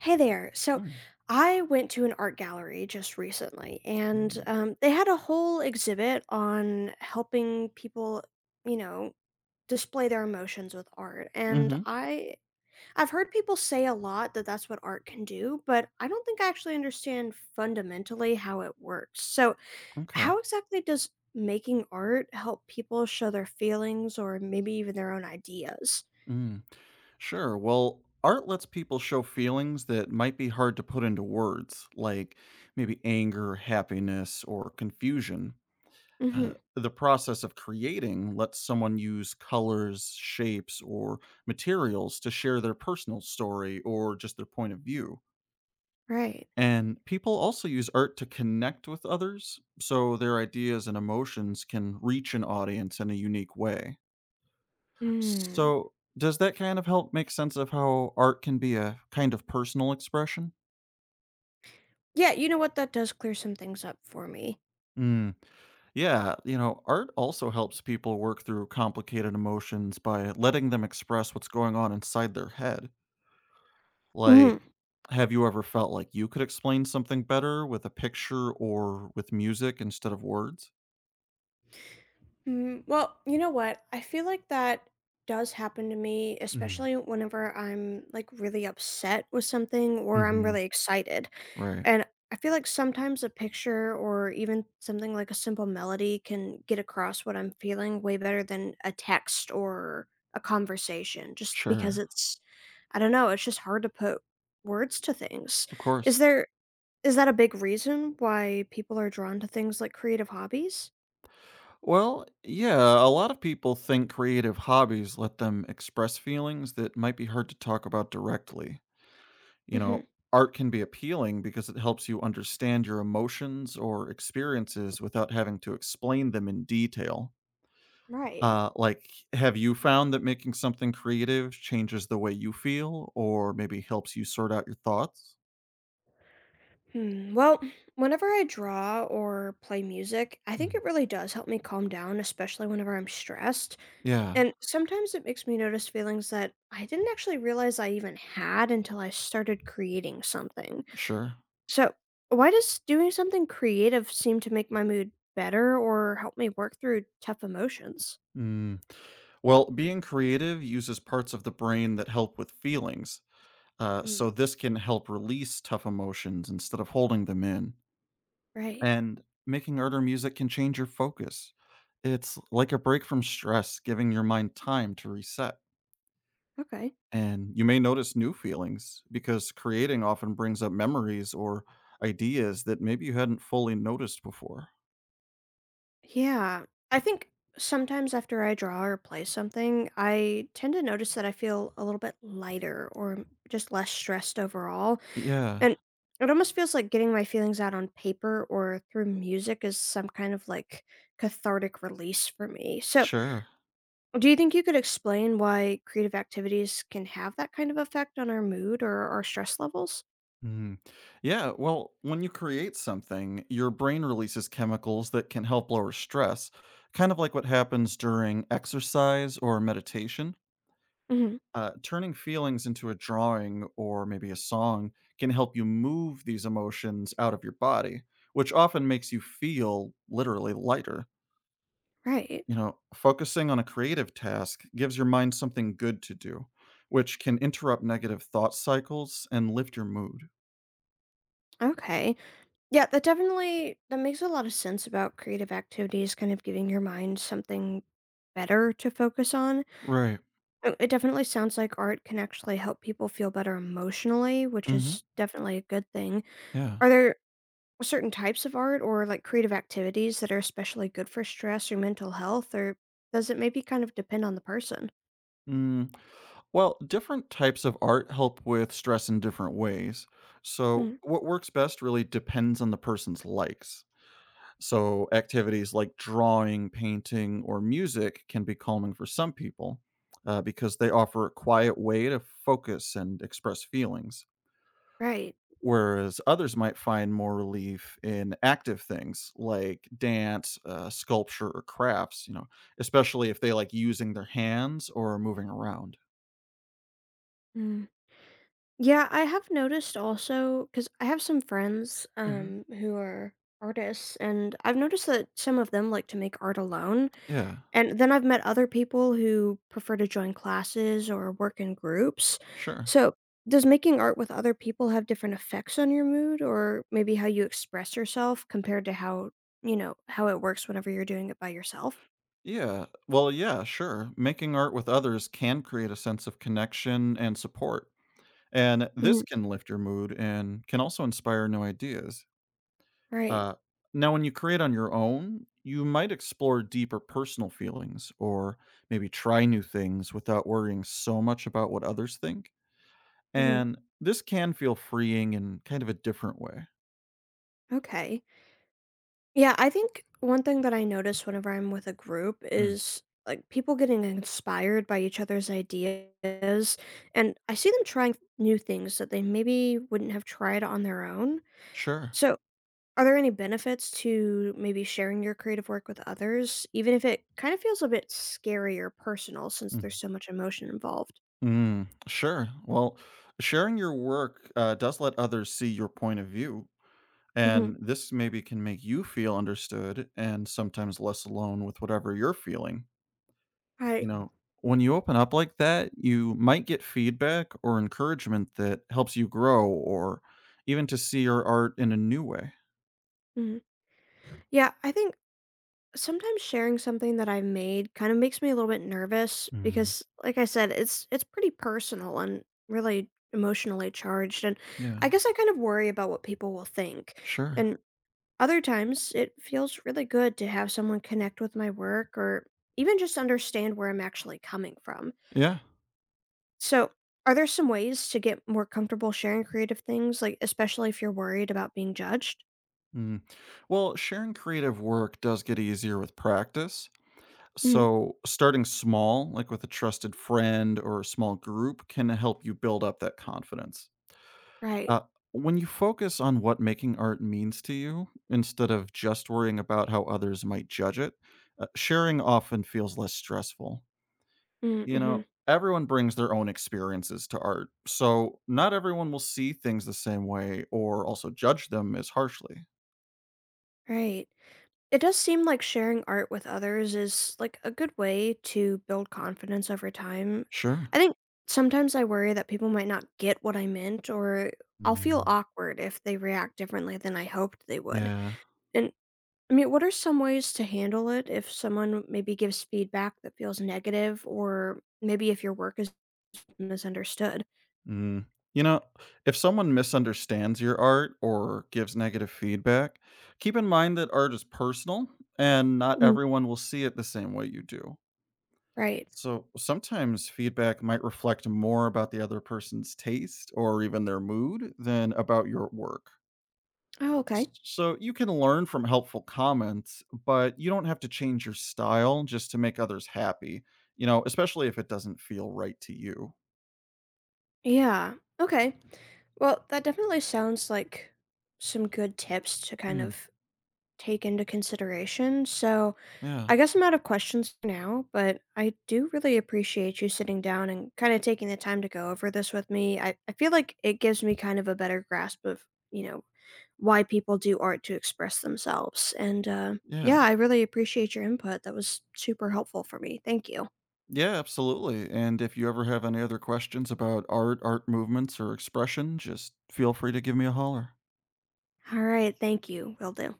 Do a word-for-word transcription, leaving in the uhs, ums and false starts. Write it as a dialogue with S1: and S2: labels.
S1: Hey there. So
S2: Mm,
S1: I went to an art gallery just recently, and
S2: mm.
S1: um, they had a whole exhibit on helping people, you know, display their emotions with art. And
S2: Mhm,
S1: I I've heard people say a lot that that's what art can do, but I don't think I actually understand fundamentally how it works. So
S2: okay.
S1: how exactly does making art help people show their feelings or maybe even their own ideas?
S2: Mm. Sure, well, art lets people show feelings that might be hard to put into words, like maybe anger, happiness, or confusion. Uh,
S1: Hmm.
S2: the process of creating lets someone use colors, shapes, or materials to share their personal story or just their point of view.
S1: Right.
S2: And people also use art to connect with others, so their ideas and emotions can reach an audience in a unique way. So, does that kind of help make sense of how art can be a kind of personal expression?
S1: Yeah, you know what? That does clear some things up for me.
S2: Mm. Yeah, you know, art also helps people work through complicated emotions by letting them express what's going on inside their head. Like,
S1: Mhm.
S2: have you ever felt like you could explain something better with a picture or with music instead of words?
S1: Mm, well, you know what? I feel like that does happen to me,
S2: Mm,
S1: especially whenever I'm like really upset with something or I'm
S2: hmm.
S1: really excited.
S2: Right.
S1: And I feel like sometimes a picture or even something like a simple melody can get across what I'm feeling way better than a text or a conversation, just because
S2: Sure.
S1: it's, I don't know, it's just hard to put words to things.
S2: Of
S1: Is
S2: course.
S1: there Is that a big reason why people are drawn to things like creative hobbies?
S2: Well, yeah, a lot of people think creative hobbies let them express feelings that might be hard to talk about directly. You
S1: Hmm.
S2: know, Art can be appealing because it helps you understand your emotions or experiences without having to explain them in detail.
S1: Right.
S2: Uh, like, have you found that making something creative changes the way you feel or maybe helps you sort out your thoughts?
S1: Hmm. Well, whenever I draw or play music, I think
S2: Mm.
S1: it really does help me calm down, especially whenever I'm stressed.
S2: Yeah,
S1: And sometimes it makes me notice feelings that I didn't actually realize I even had until I started creating something.
S2: sure.
S1: So, why does doing something creative seem to make my mood better or help me work through tough emotions?
S2: Mm. Well, being creative uses parts of the brain that help with feelings. Uh,
S1: Mm,
S2: so this can help release tough emotions instead of holding them in.
S1: right.
S2: And making harder music can change your focus. It's like a break from stress, giving your mind time to reset.
S1: Okay.
S2: And you may notice new feelings because creating often brings up memories or ideas that maybe you hadn't fully noticed before.
S1: Yeah. I think sometimes after I draw or play something, I tend to notice that I feel a little bit lighter or m- just less stressed overall.
S2: Yeah,
S1: And it almost feels like getting my feelings out on paper or through music is some kind of like cathartic release for me. So,
S2: sure.
S1: do you think you could explain why creative activities can have that kind of effect on our mood or our stress levels?
S2: Mhm. Yeah, well, when you create something, your brain releases chemicals that can help lower stress, kind of like what happens during exercise or meditation.
S1: Hmm.
S2: Uh, turning feelings into a drawing or maybe a song can help you move these emotions out of your body, which often makes you feel literally lighter.
S1: Right.
S2: You know, focusing on a creative task gives your mind something good to do, which can interrupt negative thought cycles and lift your mood.
S1: Okay. Yeah, that definitely that makes a lot of sense about creative activities, kind of giving your mind something better to focus on.
S2: Right.
S1: Uh, It definitely sounds like art can actually help people feel better emotionally, which
S2: Hmm.
S1: is definitely a good thing.
S2: Yeah.
S1: Are there certain types of art or like creative activities that are especially good for stress or mental health, or does it maybe kind of depend on the person?
S2: Mm, well, different types of art help with stress in different ways. So,
S1: Mm,
S2: what works best really depends on the person's likes. So, activities like drawing, painting, or music can be calming for some people uh, because they offer a quiet way to focus and express feelings.
S1: right.
S2: Whereas others might find more relief in active things like dance, uh, sculpture, or crafts, you know, especially if they like using their hands or moving around.
S1: Yeah, I have noticed also because I have some friends
S2: Hmm.
S1: um who are artists and I've noticed that some of them like to make art alone.
S2: Yeah.
S1: And then I've met other people who prefer to join classes or work in groups.
S2: Sure.
S1: So, does making art with other people have different effects on your mood or maybe how you express yourself compared to how, you know, how it works whenever you're doing it by yourself?
S2: Yeah. Well, yeah, sure. Making art with others can create a sense of connection and support. And
S1: Mhm.
S2: this can lift your mood and can also inspire new ideas.
S1: Right.
S2: Uh, Now, when you create on your own, you might explore deeper personal feelings or maybe try new things without worrying so much about what others think.
S1: Hmm.
S2: And this can feel freeing in kind of a different way.
S1: Okay. Yeah, I think one thing that I notice whenever I'm with a group
S2: Mm.
S1: is like people getting inspired by each other's ideas. And I see them trying new things that they maybe wouldn't have tried on their own.
S2: Sure.
S1: So, are there any benefits to maybe sharing your creative work with others, even if it kind of feels a bit scary or personal since there's
S2: Mm-hmm.
S1: so much emotion involved?
S2: Mm, sure. Well, sharing your work uh, does let others see your point of view,
S1: Hmm.
S2: and this maybe can make you feel understood and sometimes less alone with whatever you're feeling.
S1: I,
S2: You know, when you open up like that, you might get feedback or encouragement that helps you grow or even to see your art in a new way.
S1: mhm. Yeah, I think sometimes sharing something that I've made kind of makes me a little bit nervous
S2: Mm.
S1: because like I said, it's it's pretty personal and really emotionally charged and
S2: Yeah,
S1: I guess I kind of worry about what people will think.
S2: sure.
S1: And other times it feels really good to have someone connect with my work or even just understand where I'm actually coming from.
S2: Yeah.
S1: So, are there some ways to get more comfortable sharing creative things like especially if you're worried about being judged?
S2: Mm. Well, sharing creative work does get easier with practice.
S1: Mhm.
S2: So, starting small, like with a trusted friend or a small group, can help you build up that confidence.
S1: Right.
S2: Uh, when you focus on what making art means to you instead of just worrying about how others might judge it, uh, sharing often feels less stressful. You
S1: Mm-hmm.
S2: know, everyone brings their own experiences to art, so not everyone will see things the same way or also judge them as harshly.
S1: Right. It does seem like sharing art with others is, like, a good way to build confidence over time.
S2: Sure.
S1: I think sometimes I worry that people might not get what I meant, or I'll feel
S2: Mm.
S1: awkward if they react differently than I hoped they would.
S2: Yeah.
S1: And, I mean, what are some ways to handle it if someone maybe gives feedback that feels negative, or maybe if your work is misunderstood?
S2: Mm. You know, if someone misunderstands your art or gives negative feedback, keep in mind that art is personal and not
S1: Mm,
S2: everyone will see it the same way you do.
S1: right.
S2: So sometimes feedback might reflect more about the other person's taste or even their mood than about your work.
S1: Oh,
S2: S-
S1: okay.
S2: So you can learn from helpful comments, but you don't have to change your style just to make others happy, you know, especially if it doesn't feel right to you.
S1: Yeah. Okay. Well, that definitely sounds like some good tips to kind
S2: Hmm.
S1: of take into consideration. So
S2: Yeah.
S1: I guess I'm out of questions for now, but I do really appreciate you sitting down and kind of taking the time to go over this with me. I, I feel like it gives me kind of a better grasp of, you know, why people do art to express themselves. And uh, yeah,
S2: Yeah.
S1: I really appreciate your input. That was super helpful for me. Thank you.
S2: Yeah, absolutely. And if you ever have any other questions about art, art movements, or expression, just feel free to give me a holler.
S1: All right. Thank you. Will do.